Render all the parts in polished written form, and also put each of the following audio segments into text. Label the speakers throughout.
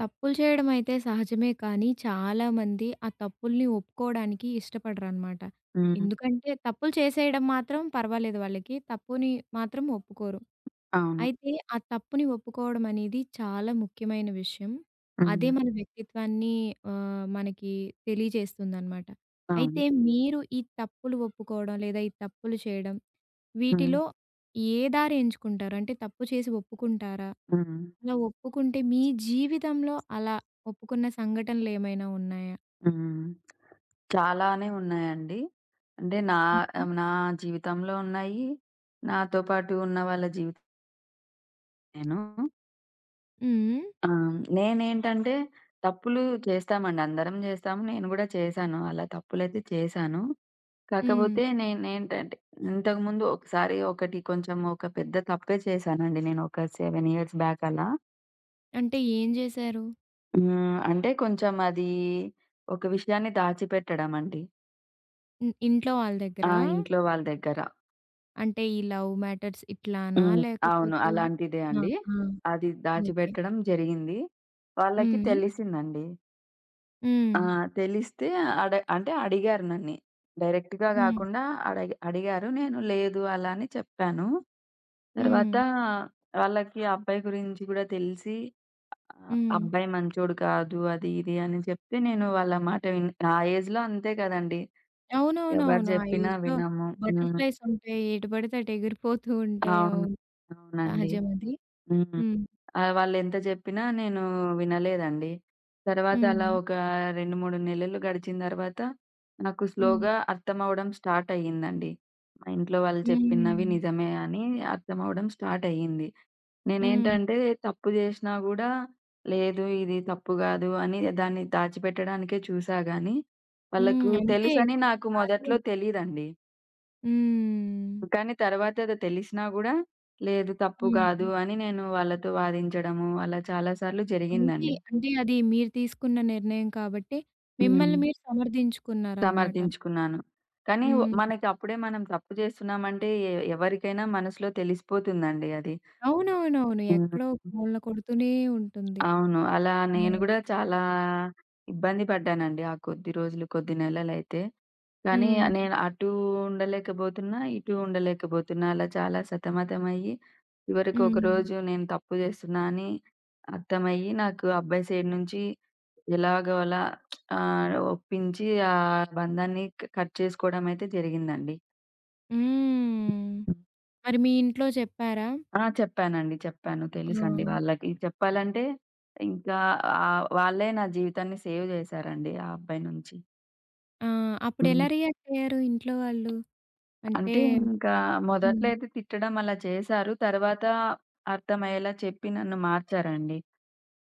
Speaker 1: తప్పులు చేయడమైతే సహజమే కానీ, చాలామంది ఆ తప్పుల్ని ఒప్పుకోడానికి ఇష్టపడరనమాట.
Speaker 2: హ్మ్.
Speaker 1: ఎందుకంటే, తప్పులు చేసేయడం మాత్రం పర్వాలేదు వాళ్ళకి. తప్పుని మాత్రం ఒప్పుకోరు.
Speaker 2: అవును.
Speaker 1: అయితే, ఆ తప్పుని ఒప్పుకోవడం అనేది చాలా ముఖ్యమైన విషయం. అదే
Speaker 2: హ్మ్.
Speaker 1: మన వ్యక్తిత్వాన్ని మనకి తెలియజేస్తుందనమాట. అయితే,
Speaker 2: అవును.
Speaker 1: మీరు ఈ తప్పులు ఒప్పుకోవడం, లేదా ఈ తప్పులు చేయడం,
Speaker 2: హ్మ్.
Speaker 1: వీటిలో ఏ దారి ఎంచుకుంటారు? అంటే, తప్పు చేసి ఒప్పుకుంటారా?
Speaker 2: హ్మ్.
Speaker 1: అలా ఒప్పుకుంటే మీ జీవితంలో అలా ఒప్పుకున్న సంఘటనలేమైనా ఉన్నాయా?
Speaker 2: హ్మ్. చాలానే ఉన్నాయండి. అంటే నా
Speaker 1: హుహు.
Speaker 2: నా జీవితంలో ఉన్నాయి. నాతో పాటు ఉన్న వాళ్ళ జీవితం నేను.
Speaker 1: హ్మ్.
Speaker 2: ఆ! నేనేంటంటే తప్పులు చేస్తామండి. అందరం చేస్తాము. నేను గూడా చేశాను. అలా తప్పులైతే చేశాను.
Speaker 1: హ్మ్.
Speaker 2: కాకపోతే నేనేంటంటే ఇంతకుముందు ఒకసారి ఒకటి కొంచెం ఒక పెద్ద తప్పే చేశానండి, నేను ఒక 7 ఇయర్స్ బ్యాక్ అలా.
Speaker 1: అంటే ఏం జేశారు?
Speaker 2: హ్మ్. అంటే కొంచెం అది ఒక విషయాన్ని దాచిపెట్టడం అండి.
Speaker 1: ఇంట్లో వాళ్ళ
Speaker 2: ఆ!
Speaker 1: దగ్గరా?
Speaker 2: ఇంట్లో వాళ్ళ దగ్గర.
Speaker 1: అంటే ఈ లవ్ మ్యాటర్స్ ఇట్లానా?
Speaker 2: హ్మ్. అవును,
Speaker 1: లేకపోతే
Speaker 2: అలాంటిదే
Speaker 1: ఆ!
Speaker 2: అండి.
Speaker 1: ఆ!
Speaker 2: అది
Speaker 1: ఓకే.
Speaker 2: దాచిపెట్టడం జరిగింది. వాళ్ళకి
Speaker 1: హ్మ్.
Speaker 2: తెలిసిందండి.
Speaker 1: హ్మ్.
Speaker 2: ఆ! తెలిస్తే అంటే అడిగారు నన్ని. డైరెక్ట్‌గా
Speaker 1: హ్మ్.
Speaker 2: గాకుండా అడిగారు. నేను లేదు అలా అని చెప్పాను.
Speaker 1: హ్మ్.
Speaker 2: తర్వాత వాళ్ళకి ఆ అబ్బాయి గురించి కూడా తెలిసి,
Speaker 1: హ్మ్.
Speaker 2: అబ్బాయి మంచోడు కాదు అది ఇది అని చెప్తే నేను వాళ్ళ మాట విన్ ఆ ఏజ్‌లో అంతే కదండీ! ఎవరు
Speaker 1: అవునవునవును. ఆ
Speaker 2: జెప్పినా
Speaker 1: ఏజ్‌లో
Speaker 2: వినము. హ్మ్.
Speaker 1: బటర్‌ఫ్లైస్ ఉంటాయి. ఎటు పడితే అటు ఎగిరిపోతూ ఉంటాయి.
Speaker 2: అవును.
Speaker 1: అవును.
Speaker 2: అవునండి.
Speaker 1: సహజం అది.
Speaker 2: హ్మ్.
Speaker 1: హ్మ్.
Speaker 2: ఆ! వాళ్ళెంత జెప్పినా నేను వినలేదండి. తర్వాత అలా
Speaker 1: హ్మ్.
Speaker 2: ఒక 2, 3 నెలలు గడిచిన తర్వాత నాకు
Speaker 1: హ్మ్.
Speaker 2: స్లోగా అర్థమవ్వడం స్టార్ట్ అయ్యిందండి. మా ఇంట్లో వాళ్ళు చెప్పినవి
Speaker 1: హ్మ్.
Speaker 2: నిజమే అని అర్థమవ్వడం స్టార్ట్ అయ్యింది.
Speaker 1: హ్మ్.
Speaker 2: నేనేంటంటే తప్పు జేసినా గూడా లేదు ఇది తప్పు గాదు అని దాన్ని దాచిపెట్టడానికే చూసా గానీ, వాళ్ళకు
Speaker 1: హ్మ్. అంతే
Speaker 2: తెలుసని నాకు
Speaker 1: కొన్నిసార్లు
Speaker 2: మొదట్లో తెలీదండి.
Speaker 1: హ్మ్.
Speaker 2: కానీ తర్వాత అది తెలిసినా గూడా, లేదు తప్పు కాదు
Speaker 1: హ్మ్.
Speaker 2: అని నేను వాళ్ళతో వాదించడము, అలా చాలా సార్లు
Speaker 1: అంతే.
Speaker 2: జరిగిందండి.
Speaker 1: అంటే అది మీరు తీసుకున్న నిర్ణయం కాబట్టి,
Speaker 2: హ్మ్.
Speaker 1: మిమ్మల్ని మీరు సమర్థించుకున్నారనమాట.
Speaker 2: సమర్థించుకున్నాను. కానీ
Speaker 1: హ్మ్.
Speaker 2: మనకి అప్పుడే మనం తప్పు చేస్తున్నామంటే ఎవరికైనా మనసులో తెలిసిపోతుందండి అది.
Speaker 1: అవునవునవును.
Speaker 2: హ్మ్.
Speaker 1: ఎక్కడో ఒక మూలన కొడుతూనే ఉంటుంది.
Speaker 2: అవును. అలా నేను
Speaker 1: హ్మ్.
Speaker 2: గూడా చాలా ఇబ్బంది పడ్డానండి ఆ కొద్ది రోజులు, కొద్ది నెలలైతే. కానీ
Speaker 1: హ్మ్.
Speaker 2: నేను అటూ ఉండలేకపోతున్నా, ఇటూ ఉండలేకపోతున్నా. అలా చాలా సతమతమయ్యి, చివరికి
Speaker 1: హ్మ్.
Speaker 2: ఒకరోజు నేను తప్పు చేస్తున్నా అని అర్థమయ్యి, నాకు అబ్బాయి సైడ్ నుంచి ఎలాగో అలా ఒప్పించి ఆ బంధాన్ని కట్ చేసుకోవడమయితే జరిగిందండి.
Speaker 1: హ్మ్. మరి మీ ఇంట్లో చెప్పారా?
Speaker 2: ఆ! చెప్పానండి. చెప్పాను.
Speaker 1: ఆ!
Speaker 2: తెలుసండి వాళ్ళకి. చెప్పాలంటే ఇంకా, వాళ్ళే నా జీవితాన్ని సేవ్ చేశారండి ఆ అబ్బాయి నుంచి.
Speaker 1: ఆ! అప్పుడెలా
Speaker 2: హ్మ్.
Speaker 1: రియాక్ట్ అయ్యారు ఇంట్లో వాళ్ళు? అంటే
Speaker 2: అంటే ఇంకా మొదట్లో
Speaker 1: హ్మ్.
Speaker 2: అయితే తిట్టడం అలా చేశారు. తర్వాత అర్థమయ్యేలా చెప్పి నన్ను మార్చారండి.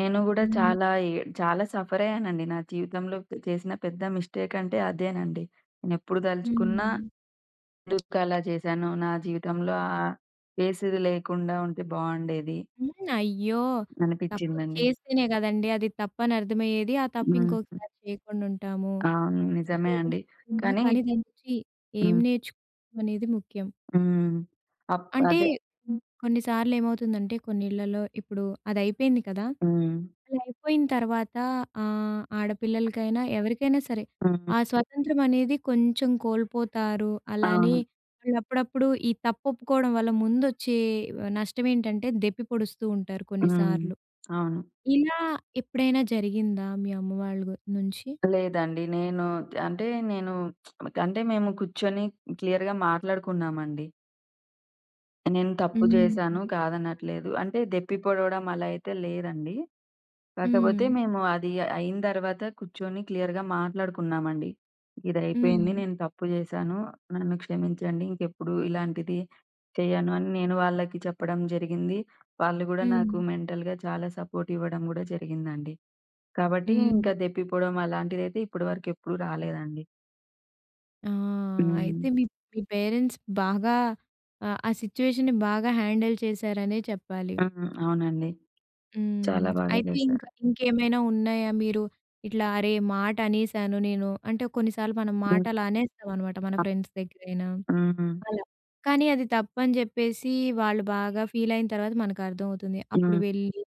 Speaker 2: నేను గూడా
Speaker 1: హ్మ్.
Speaker 2: చాలా చాలా సఫర్ అయ్యానండి. నా జీవితంలో చేసిన పెద్ద మిస్టేక్ అంటే అదేనండి. నేనెప్పుడు
Speaker 1: హ్మ్.
Speaker 2: దలుచుకున్నా
Speaker 1: హ్మ్.
Speaker 2: ఎందుకు అలా చేశాను, నా జీవితంలో ఆ ఫేస్ ఇది లేకుండా ఉంటే బావుండేది
Speaker 1: హ్మ్. అయ్యో! తప్పు
Speaker 2: అనిపిచ్చిందండి.
Speaker 1: చేస్తేనే కదండీ అది తప్పని అర్థమయ్యేది. ఆ తప్పు
Speaker 2: హ్మ్.
Speaker 1: ఇంకొకసారి చేయకుండా ఉంటాము.
Speaker 2: అవును,
Speaker 1: ప్రయత్నం
Speaker 2: నిజమే
Speaker 1: చేయడం
Speaker 2: అండి.
Speaker 1: బాగుంది.
Speaker 2: కానీ
Speaker 1: కానీ దాని నుంచి ఏం
Speaker 2: హ్మ్.
Speaker 1: నేర్చుకున్నాం అనేది ముఖ్యం.
Speaker 2: హ్మ్.
Speaker 1: అంటే
Speaker 2: అదే
Speaker 1: కొన్నిసార్లు ఏమవుతుందంటే కొన్ని ఇళ్లలో ఇప్పుడు అదయిపోయింది కదా!
Speaker 2: హ్మ్.
Speaker 1: అలా అయిపోయిన తర్వాత ఆడపిల్లలకైనా ఎవరికైనా సరే
Speaker 2: హ్మ్.
Speaker 1: ఆ స్వతంత్రం అనేది కొంచెం కోల్పోతారు. అలానే
Speaker 2: అవును.
Speaker 1: వాళ్ళు అప్పుడప్పుడు ఈ తప్పొప్పుకోవడం వల్ల ముందొచ్చే నష్టం ఏంటంటే దెప్పి పొడుస్తూ ఉంటారు
Speaker 2: హ్మ్.
Speaker 1: కొన్నిసార్లు.
Speaker 2: అవును.
Speaker 1: ఇలా ఎప్పుడైనా జరిగిందా మీ అమ్మ వాళ్ళ నుంచి?
Speaker 2: లేదండి. నేను అంటే నేను అంటే మేము కూర్చొని క్లియర్‌గా మాట్లాడుకున్నామండి. నేను తప్పు
Speaker 1: హ్మ్.
Speaker 2: జేశాను కాదనట్లేదు. అంటే దెప్పి పొడవడం అలా అయితే లేదండి. కాకపోతే
Speaker 1: హ్మ్.
Speaker 2: మేము అది అయిన తర్వాత కూర్చొని క్లియర్‌గా మాట్లాడుకున్నామండి. ఇదయిపోయింది.
Speaker 1: హ్మ్.
Speaker 2: నేను తప్పు చేశాను. నన్ను క్షమించండి. ఇంకెప్పుడు ఇలాంటిది చేయను అని నేను వాళ్ళకి చెప్పడం జరిగింది. వాళ్ళు గూడా నాకు
Speaker 1: హ్మ్.
Speaker 2: మెంటల్‌గా చాలా సపోర్ట్ ఇవ్వడం గూడా జరిగిందండి. కాబట్టి
Speaker 1: హ్మ్.
Speaker 2: ఇంకా దెప్పిపోవడం అలాంటిదైతే ఇప్పటి వరకు ఎప్పుడు రాలేదండి.
Speaker 1: ఆ!
Speaker 2: హ్మ్.
Speaker 1: అయితే మీ మీ పేరెంట్స్ బాగా ఆ సిట్యుయేషన్‌ని బాగా హ్యాండిల్ చేశారనే చెప్పాలి.
Speaker 2: హ్మ్. అవునండి. చాలా
Speaker 1: హ్మ్.
Speaker 2: బాగా
Speaker 1: అయితే
Speaker 2: చేశారు.
Speaker 1: ఇంకా ఇంకేమైనా ఉన్నాయా? మీరు ఇట్లా అరే! మాట అనేసాను నేను అంటే కొన్నిసార్లు మనం మాట
Speaker 2: హ్మ్.
Speaker 1: అలా అనేస్తామనమాట మన ఫ్రెండ్స్ దగ్గరైనా
Speaker 2: హ్మ్. హ్మ్.
Speaker 1: అలా. కానీ అది తప్పని జెప్పేసి వాళ్ళు బాగా ఫీల్ అయిన తర్వాత మనకు అర్థమవుతుంది. అప్పుడు
Speaker 2: హ్మ్.
Speaker 1: వెళ్ళి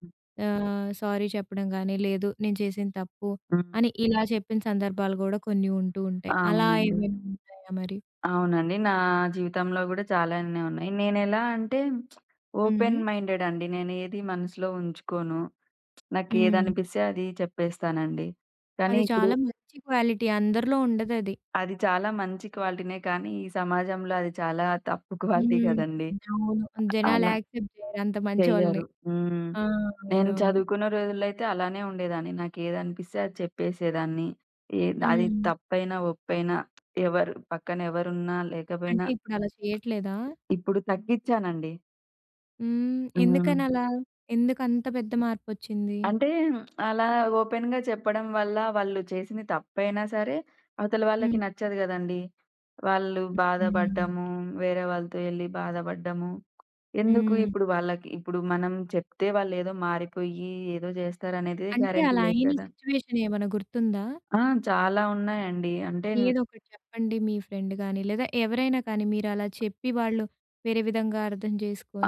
Speaker 1: సారీ చెప్పడం గాని, లేదు నేను చేసింది తప్పు
Speaker 2: హ్మ్.
Speaker 1: అని ఇలా చెప్పిన సందర్భాలు గూడా కొన్ని ఉంటూ ఉంటాయి. అలా
Speaker 2: అవునండి.
Speaker 1: ఏమైనా ఉంటాయా మరి?
Speaker 2: అవునండి. నా జీవితంలో గూడా చాలానే ఉన్నాయి. నేనెలా అంటే
Speaker 1: హ్మ్.
Speaker 2: ఓపెన్ మైండెడ్ అండి. నేనేది మనసులో ఉంచుకోను.
Speaker 1: హ్మ్.
Speaker 2: నాకేదనిపిస్తే అది చెప్పేస్తానండి. కానీ
Speaker 1: అది
Speaker 2: ఇప్పుడు
Speaker 1: చాలా మంచి క్వాలిటీ. అందరిలో ఉండదది.
Speaker 2: అది చాలా మంచి క్వాలిటీనే, కానీ ఈ సమాజంలో అది చాలా తప్పు క్వాలిటీ
Speaker 1: హ్మ్.
Speaker 2: గదండీ.
Speaker 1: అవును. జనాలు
Speaker 2: అలా
Speaker 1: యాక్సెప్ట్ చేయరు అంత మంచోళ్ళని.
Speaker 2: చెయ్యరు. హ్మ్.
Speaker 1: ఆ!
Speaker 2: నేను
Speaker 1: అవునవును.
Speaker 2: చదువుకున్న రోజుల్లో అయితే అలానే ఉండేదాన్ని. నాకేదనిపిస్తే అది చెప్పేసేదాన్ని. అది
Speaker 1: హ్మ్.
Speaker 2: తప్పైనా, ఒప్పైనా ఎవరు పక్కన ఎవరున్నా లేకపోయినా.
Speaker 1: అంటే ఇప్పుడలా చేయట్లేదా?
Speaker 2: ఇప్పుడు తగ్గిచ్చానండి.
Speaker 1: హ్మ్.
Speaker 2: హ్మ్.
Speaker 1: ఎందుకనలా? ఎందుకంత పెద్ద మార్పొచ్చింది?
Speaker 2: అంటే అలా ఓపెన్‌గా చెప్పడం వల్ల వాళ్ళు చేసింది తప్పైనా సరే, అవతల వాళ్ళకి
Speaker 1: హ్మ్.
Speaker 2: నచ్చదు గదండీ! వాళ్ళు
Speaker 1: హ్మ్.
Speaker 2: బాధపడ్డము, వేరే వాళ్ళతో ఎళ్లి బాధపడ్డము. ఎందుకు
Speaker 1: హ్మ్.
Speaker 2: ఇప్పుడు వాళ్ళకి, ఇప్పుడు మనం చెప్తే వాళ్ళేదో మారిపోయి ఏదో జేస్తారనేది
Speaker 1: అంటే
Speaker 2: గ్యారంటీ
Speaker 1: అలా
Speaker 2: లేదు
Speaker 1: అయిన
Speaker 2: గదా!
Speaker 1: సిట్యుయేషన్ ఏమైనా గుర్తుందా?
Speaker 2: ఆ! చాలా ఉన్నాయండి. అంటే
Speaker 1: ఏదొకటి చెప్పండి మీ ఫ్రెండ్ గాని, లేదా ఎవరైనా కానీ మీరలా చెప్పి వాళ్ళు వేరే విధంగా అర్థం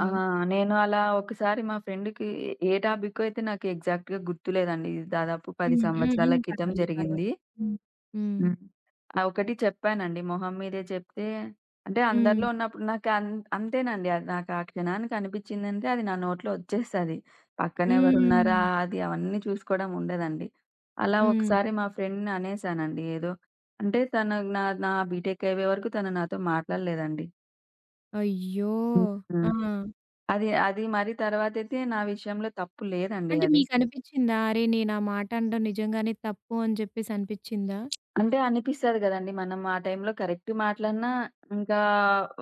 Speaker 2: ఆ! నేను అలా ఒకసారి మా ఫ్రెండ్‌కి టాపిక్కో అయితే నాకు ఎగ్జాక్ట్‌గా గుర్తులేదండి. ఇది దాదాపు 10
Speaker 1: హ్మ్. హ్మ్.
Speaker 2: సంవత్సరాల
Speaker 1: హ్మ్.
Speaker 2: క్రితం
Speaker 1: పర్వాలేదు. పర్వాలేదు.
Speaker 2: జరిగింది.
Speaker 1: హ్మ్. హ్మ్.
Speaker 2: హ్మ్. ఆ! ఒకటి చెప్పానండి. మొహం మీదే చెప్తే అంటే
Speaker 1: హ్మ్.
Speaker 2: అందరిలో ఉన్నప్పుడు నాకు అంతేనండి. అది నాకు ఆ క్షణానికి అనిపించిందంటే అది నా నోట్లో వచ్చేస్తది. పక్కన
Speaker 1: హ్మ్.
Speaker 2: ఎవరున్నారా అది అవన్నీ చూసుకోవడం ఉండదండి. అలా
Speaker 1: హ్మ్.
Speaker 2: ఒకసారి మా ఫ్రెండ్‌ని అనేసానండి ఏదో. అంటే తను నా నా బీటెక్ అయ్యే వరకు తను నాతో మాట్లాడలేదండి.
Speaker 1: అయ్యో!
Speaker 2: హ్మ్.
Speaker 1: ఆ!
Speaker 2: హ్మ్. అది అది మరి తర్వాతైతే నా విషయంలో తప్పు లేదండి
Speaker 1: అంటే
Speaker 2: అది.
Speaker 1: మీకనిపిచ్చిందా? అరే! నేనా మాట అనడం నిజంగానే తప్పు అని జెప్పేసి అనిపిచ్చిందా?
Speaker 2: అంటే అనిపిస్తది గదండీ. మనం ఆ టైంలో కరెక్ట్ మాట్లాడినా, ఇంకా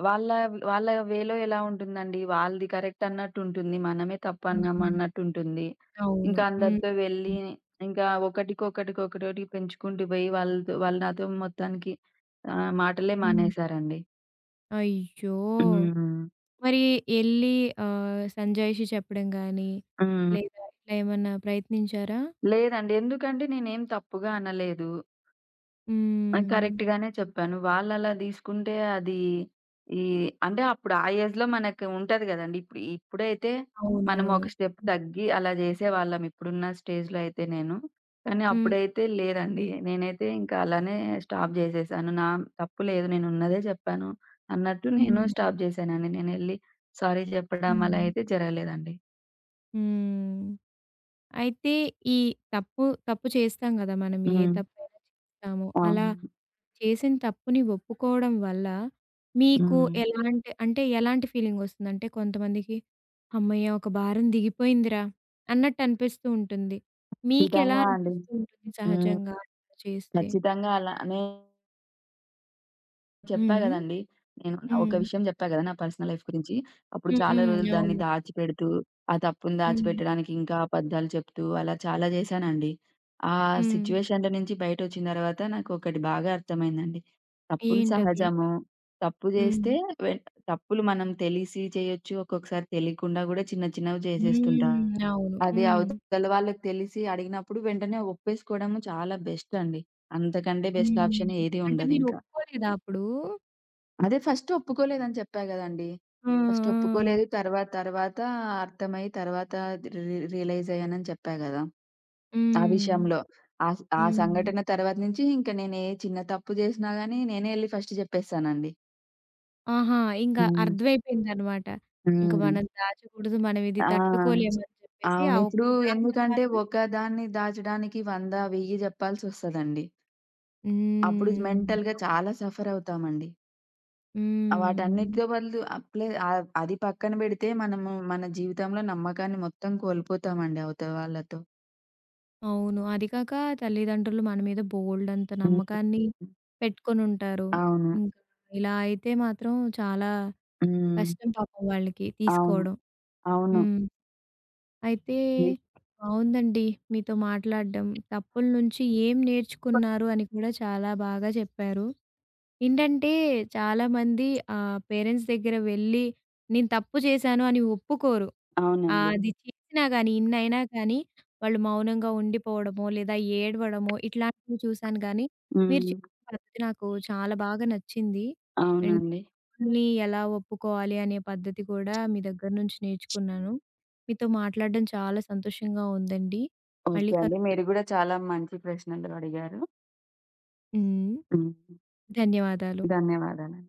Speaker 2: వాళ్ళ వాళ్ళ వేలో ఎలా ఉంటుందండి. వాళ్ళది కరెక్ట్ అన్నట్టుంటుంది. మనమే
Speaker 1: హ్మ్.
Speaker 2: తప్పన్నామన్నట్టుంటుంది.
Speaker 1: అవును.
Speaker 2: ఇంకా
Speaker 1: హ్మ్.
Speaker 2: అందరితో వెళ్ళి, ఇంకా ఒకటికొకటికొకటోటి పెంచుకుంటూ పోయి వాళ్ళు నాతో మొత్తానికి మాటలే
Speaker 1: హ్మ్.
Speaker 2: మానేసారండి.
Speaker 1: అయ్యో!
Speaker 2: హ్మ్.
Speaker 1: మరి ఎళ్లి సంజాయిషీ చెప్పడం గాని,
Speaker 2: హ్మ్.
Speaker 1: లేదా ఇట్లా ఏమన్నా ప్రయత్నించారా?
Speaker 2: లేదండి. ఎందుకంటే నేనేం తప్పుగా అనలేదు. ఆ!
Speaker 1: హ్మ్.
Speaker 2: కరెక్ట్ గానే చెప్పాను. వాళ్ళలా దీసుకుంటే అది ఈ అంటే అప్పుడు ఆ ఏజ్‌లో మనకి ఉంటది గదండీ. ఇప్పుడు మనం
Speaker 1: అవునవును.
Speaker 2: ఒక స్టెప్
Speaker 1: హ్మ్.
Speaker 2: తగ్గి అలా జేసేవాళ్ళం ఇప్పుడున్న స్టేజ్‌లో అయితే నేను. కానీ
Speaker 1: హ్మ్.
Speaker 2: అప్పుడైతే లేదండి. నేనైతే ఇంకా అలానే స్టాప్ జేసేసాను. నా తప్పు లేదు నేనున్నదే జెప్పాను అన్నట్టు నేను
Speaker 1: హ్మ్.
Speaker 2: స్టాప్ జేశానండి. నేనెళ్ళి సారీ జెప్పడం అలా
Speaker 1: హ్మ్.
Speaker 2: అయితే జరగలేదండి.
Speaker 1: హ్మ్. అయితే ఈ తప్పు, తప్పు చేస్తాం గదా! మనం ఏ
Speaker 2: హ్మ్.
Speaker 1: తప్పైనా చేస్తాము. అలా
Speaker 2: అవును.
Speaker 1: చేసిన తప్పుని ఒప్పుకోవడం వల్ల మీకు
Speaker 2: హ్మ్.
Speaker 1: ఎలాంటి అంటే ఎలాంటి ఫీలింగొస్తుంది? అంటే కొంతమందికి హమ్మయ్య! ఒక భారం దిగిపోయిందిరా అన్నట్టు అనిపిస్తూ ఉంటుంది. మీకెలా
Speaker 2: ఖచ్చితంగా అండి.
Speaker 1: అనిపిస్తూ ఉంటుంది
Speaker 2: హ్మ్.
Speaker 1: సహజంగా అట్లా చేస్తే?
Speaker 2: ఖచ్చితంగా అలానే చెప్పా
Speaker 1: హ్మ్.
Speaker 2: గదండీ. నేను నా
Speaker 1: హ్మ్.
Speaker 2: ఒక విషయం జెప్పా గదా! నా పర్సనల్ లైఫ్ గురించి. అప్పుడు
Speaker 1: హ్మ్.
Speaker 2: చాలా
Speaker 1: హ్మ్.
Speaker 2: రోజులు దాన్ని
Speaker 1: అవును.
Speaker 2: దాచిపెడుతూ, ఆ తప్పుని
Speaker 1: హ్మ్.
Speaker 2: దాచిపెట్టడానికి ఇంకా అబద్ధాలు చెప్తూ అలా చాలా జేశానండి. ఆ
Speaker 1: హ్మ్.
Speaker 2: సిట్యుయేషన్‌లో నుంచి బయటొచ్చిన తర్వాత నాకొకటి బాగా అర్థమైందండి. తప్పులు
Speaker 1: ఏంటది?
Speaker 2: సహజము. తప్పు జేస్తే
Speaker 1: హ్మ్.
Speaker 2: వె తప్పులు మనం తెలిసి చేయొచ్చు. ఒక్కొక్కసారి తెలియకుండా గూడా చిన్న చిన్నవి చేసేస్తుంటాం.
Speaker 1: హ్మ్. అవును.
Speaker 2: అది
Speaker 1: హ్మ్.
Speaker 2: అవతల వాళ్ళకి తెలిసి అడిగినప్పుడు వెంటనే ఒప్పేసుకోవడము చాలా బెస్ట్ అండి. అంతకంటే బెస్ట్
Speaker 1: హ్మ్.
Speaker 2: ఆప్షన్ ఏది
Speaker 1: అంటే మీరు
Speaker 2: ఉండదింక.
Speaker 1: ఒప్పుకోలేదా అప్పుడు?
Speaker 2: అదే ఫస్ట్ ఒప్పుకోలేదని చెప్పా గదండీ!
Speaker 1: ఆ! ఆ!
Speaker 2: ఫస్ట్ ఒప్పుకోలేదు. తర్వాత తర్వాత అర్థమయ్యి తర్వాత రి రి రియలైజ్ అయ్యానని చెప్పా గదా! ఆ
Speaker 1: హ్మ్.
Speaker 2: విషయంలో. ఆ
Speaker 1: హ్మ్.
Speaker 2: సంఘటన తర్వాత నుంచి ఇంక నేనే చిన్న తప్పు జేసినా గానీ నేనే ఎళ్లి ఫస్ట్ జెప్పేస్తానండి.
Speaker 1: ఆహా! ఇంక
Speaker 2: హ్మ్.
Speaker 1: అర్థమైపోయిందనమాట. ఇంక
Speaker 2: హ్మ్.
Speaker 1: మనం దాచకూడదు, మనం ఇది
Speaker 2: ఆ!
Speaker 1: తట్టుకోలేమని చెప్పేసి ఆ
Speaker 2: అవును.
Speaker 1: ఒక్క
Speaker 2: ఇప్పుడు
Speaker 1: దాని
Speaker 2: ఎందుకంటే
Speaker 1: తర్వాత
Speaker 2: ఒకదాన్ని దాచడానికి 100, 1000 జెప్పాల్సొస్తదండి. అప్పుడు
Speaker 1: హ్మ్.
Speaker 2: మెంటల్‌గా చాలా సఫర్ అవుతామండి.
Speaker 1: హ్మ్.
Speaker 2: వాటన్నిటితో బదులు అది పక్కన బెడితే మనము మన జీవితంలో నమ్మకాన్ని మొత్తం కోల్పోతామండి అవతల వాళ్ళతో.
Speaker 1: అవును. అది కాక తల్లిదండ్రులు మన మీద బోలెడంత
Speaker 2: హ్మ్.
Speaker 1: నమ్మకాన్ని పెట్టుకొనుంటారు.
Speaker 2: అవును.
Speaker 1: ఇంకా ఇలా అయితే మాత్రం చాలా
Speaker 2: హ్మ్.
Speaker 1: కష్టం పాపం వాళ్ళకి
Speaker 2: అవును.
Speaker 1: తీసుకోవడం.
Speaker 2: అవును.
Speaker 1: హ్మ్. అయితే
Speaker 2: ని
Speaker 1: బావుందండి మీతో మాట్లాడడం. తప్పుల నుంచి ఏం నేర్చుకున్నారు అని కూడా చాలా బాగా చెప్పారు. ఏంటంటే చాలామంది పేరెంట్స్ దగ్గర వెళ్ళి నేను తప్పు చేశాను అని ఒప్పుకోరు.
Speaker 2: అవునండి.
Speaker 1: అది చేసినా గానీ, ఇన్నయినా కానీ వాళ్ళు మౌనంగా ఉండిపోవడమో, లేదా ఏడవడమో ఇట్లాంటివి చూశాను గానీ, మీరు
Speaker 2: హ్మ్.
Speaker 1: చెప్పిన పద్ధతి నాకు చాలా బాగా నచ్చింది. అండ్
Speaker 2: అవునండి.
Speaker 1: మిమ్మల్ని ఎలా ఒప్పుకోవాలి అనే పద్ధతి కూడా మీ దగ్గర నుంచి నేర్చుకున్నాను. మీతో మాట్లాడడం చాలా సంతోషంగా ఉందండి. మళ్ళీ
Speaker 2: ఓకే
Speaker 1: కల్
Speaker 2: అండి. మీరు గూడా చాలా మంచి ప్రశ్నలు అడిగారు.
Speaker 1: హ్మ్.
Speaker 2: హ్మ్.
Speaker 1: ధన్యవాదాలు.
Speaker 2: ధన్యవాదాలు.